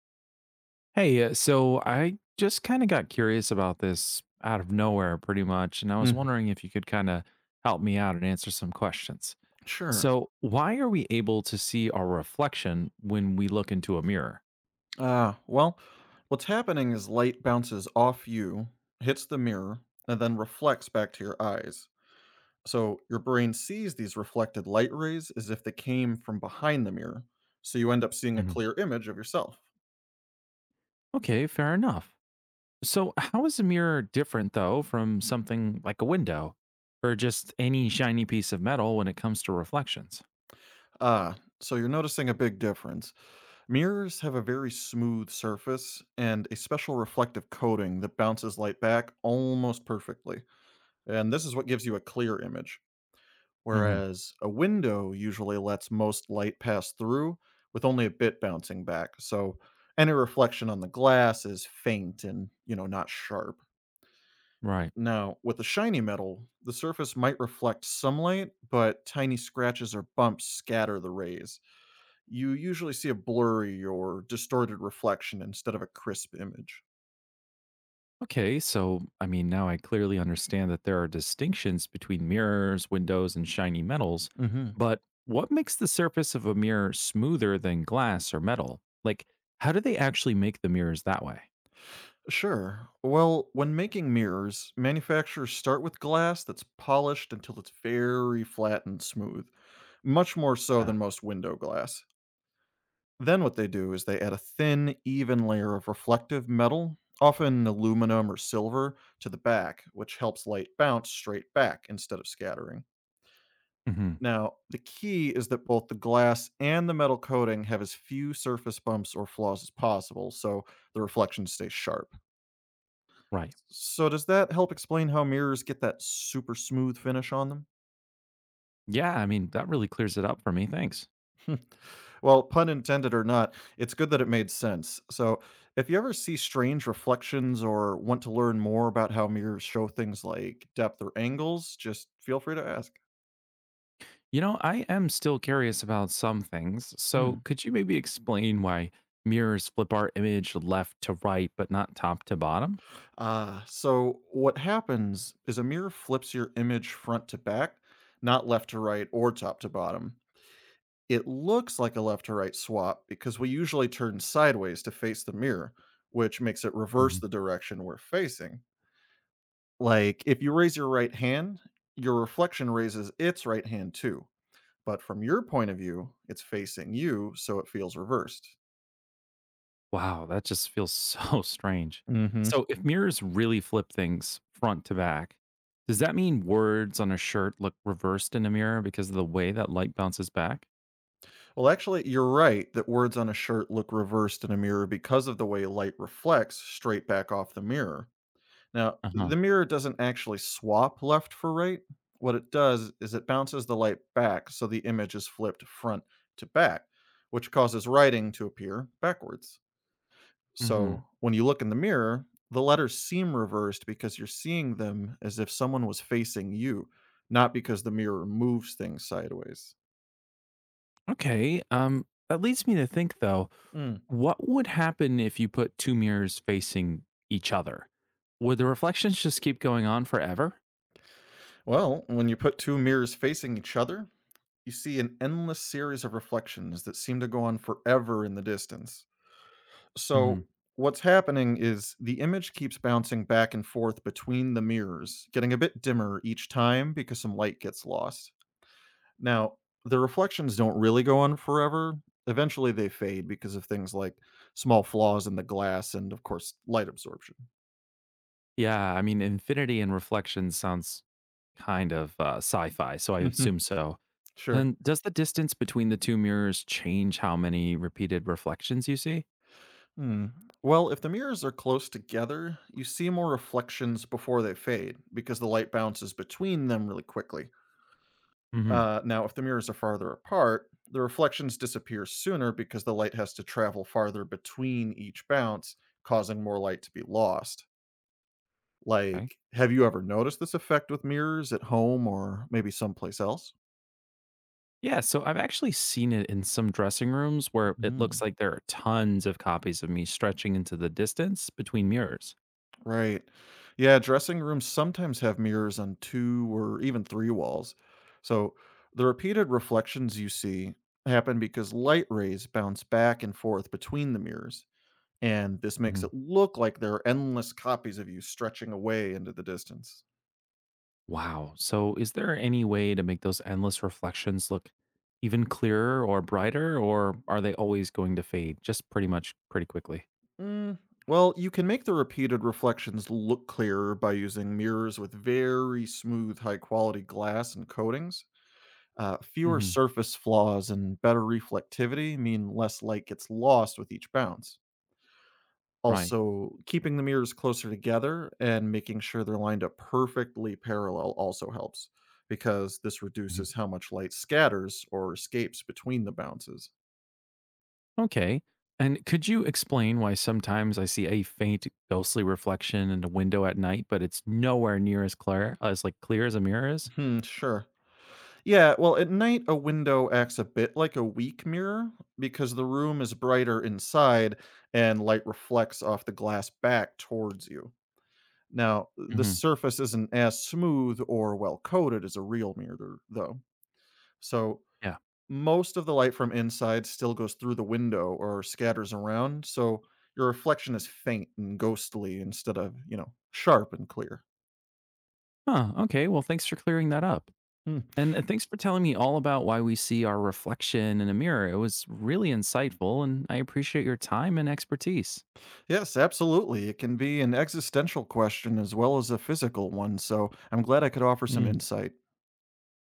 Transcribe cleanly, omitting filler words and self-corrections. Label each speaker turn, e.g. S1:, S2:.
S1: Hey, so I just kind of got curious about this out of nowhere, pretty much, and I was
S2: Mm,
S1: wondering if you could kind of help me out and answer some questions.
S2: sure.
S1: So, why are we able to see our reflection when we look into a mirror?
S2: Uh, well, what's happening is light bounces off you, hits the mirror, and then reflects back to your eyes. So your brain sees these reflected light rays as if they came from behind the mirror. So you end up seeing a
S1: Mhm.
S2: clear image of yourself.
S1: Okay, fair enough. So, how is a mirror different, though, from something like a window or just any shiny piece of metal when it comes to reflections?
S2: So you're noticing a big difference. Mirrors have a very smooth surface and a special reflective coating that bounces light back almost perfectly. And this is what gives you a clear image.
S1: Mhm.
S2: Whereas a window usually lets most light pass through with only a bit bouncing back. So any reflection on the glass is faint and, not sharp.
S1: Right.
S2: Now, with a shiny metal, the surface might reflect some light, but tiny scratches or bumps scatter the rays. You usually see a blurry or distorted reflection instead of a crisp image.
S1: Okay, so I mean, now I clearly understand that there are distinctions between mirrors, windows, and shiny metals,
S2: Mhm.
S1: but what makes the surface of a mirror smoother than glass or metal? Like, how do they actually make the mirrors that way?
S2: Sure. Well, when making mirrors, manufacturers start with glass that's polished until it's very flat and smooth, much more so
S1: Uh,
S2: than most window glass. Then what they do is they add a thin, even layer of reflective metal, often aluminum or silver, to the back, which helps light bounce straight back instead of scattering.
S1: hmm
S2: Now, the key is that both the glass and the metal coating have as few surface bumps or flaws as possible, so the reflections stay sharp.
S1: right.
S2: So does that help explain how mirrors get that super smooth finish on them?
S1: Yeah, I mean, that really clears it up for me. Thanks.
S2: Well, pun intended or not, it's good that it made sense. So, if you ever see strange reflections or want to learn more about how mirrors show things like depth or angles, just feel free to ask.
S1: You know, I am still curious about some things, so
S2: Mm.
S1: could you maybe explain why mirrors flip our image left to right, but not top to bottom?
S2: What happens is a mirror flips your image front to back, not left to right or top to bottom. It looks like a left to right swap because we usually turn sideways to face the mirror, which makes it reverse the direction we're facing. Like if you raise your right hand, your reflection raises its right hand too. But from your point of view, it's facing you, so it feels reversed.
S1: Wow, that just feels so strange.
S2: Hmm.
S1: So, if mirrors really flip things front to back, does that mean words on a shirt look reversed in a mirror because of the way that light bounces back?
S2: Well, actually, you're right that words on a shirt look reversed in a mirror because of the way light reflects straight back off the mirror. Now,
S1: Uh huh.
S2: the mirror doesn't actually swap left for right. What it does is it bounces the light back so the image is flipped front to back, which causes writing to appear backwards.
S1: hmm
S2: So when you look in the mirror, the letters seem reversed because you're seeing them as if someone was facing you, not because the mirror moves things sideways.
S1: Okay. That leads me to think though,
S2: Mm.
S1: what would happen if you put two mirrors facing each other? Would the reflections just keep going on forever?
S2: Well, when you put two mirrors facing each other, you see an endless series of reflections that seem to go on forever in the distance. So
S1: hmm
S2: what's happening is the image keeps bouncing back and forth between the mirrors, getting a bit dimmer each time because some light gets lost. Now, the reflections don't really go on forever. Eventually, they fade because of things like small flaws in the glass and, of course, light absorption.
S1: Yeah, I mean, infinity and reflections sounds kind of sci-fi, so I
S2: Mhm.
S1: assume so.
S2: Sure.
S1: And does the distance between the two mirrors change how many repeated reflections you see?
S2: Hmm. Well, if the mirrors are close together, you see more reflections before they fade because the light bounces between them really quickly.
S1: hmm
S2: Now, if the mirrors are farther apart, the reflections disappear sooner because the light has to travel farther between each bounce, causing more light to be lost.
S1: Okay.
S2: Like, have you ever noticed this effect with mirrors at home or maybe someplace else?
S1: Yeah, so I've actually seen it in some dressing rooms where it looks
S2: Mm,
S1: like there are tons of copies of me stretching into the distance between mirrors.
S2: right. Yeah, dressing rooms sometimes have mirrors on two or even three walls. So the repeated reflections you see happen because light rays bounce back and forth between the mirrors. And this makes
S1: hmm
S2: it look like there are endless copies of you stretching away into the distance.
S1: Wow. So is there any way to make those endless reflections look even clearer or brighter, or are they always going to fade just pretty quickly?
S2: Mm. Well, you can make the repeated reflections look clearer by using mirrors with very smooth, high quality glass and coatings. Fewer
S1: hmm
S2: surface flaws and better reflectivity mean less light gets lost with each bounce.
S1: Right.
S2: Also, keeping the mirrors closer together and making sure they're lined up perfectly parallel also helps, because this reduces how much light scatters or escapes between the bounces.
S1: Okay. And could you explain why sometimes I see a faint ghostly reflection in a window at night, but it's nowhere near as clear as clear as a mirror is?
S2: Hmm, sure. Yeah, well, at night, a window acts a bit like a weak mirror because the room is brighter inside and light reflects off the glass back towards you. Now, the
S1: hmm
S2: surface isn't as smooth or well coated as a real mirror, though. So,
S1: Yeah.
S2: most of the light from inside still goes through the window or scatters around, so your reflection is faint and ghostly instead of, sharp and clear.
S1: Huh. Okay. Well, thanks for clearing that up.
S2: Hmm.
S1: And thanks for telling me all about why we see our reflection in a mirror. It was really insightful, and I appreciate your time and expertise.
S2: Yes, absolutely. It can be an existential question as well as a physical one, so I'm glad I could offer some
S1: Mm.
S2: insight.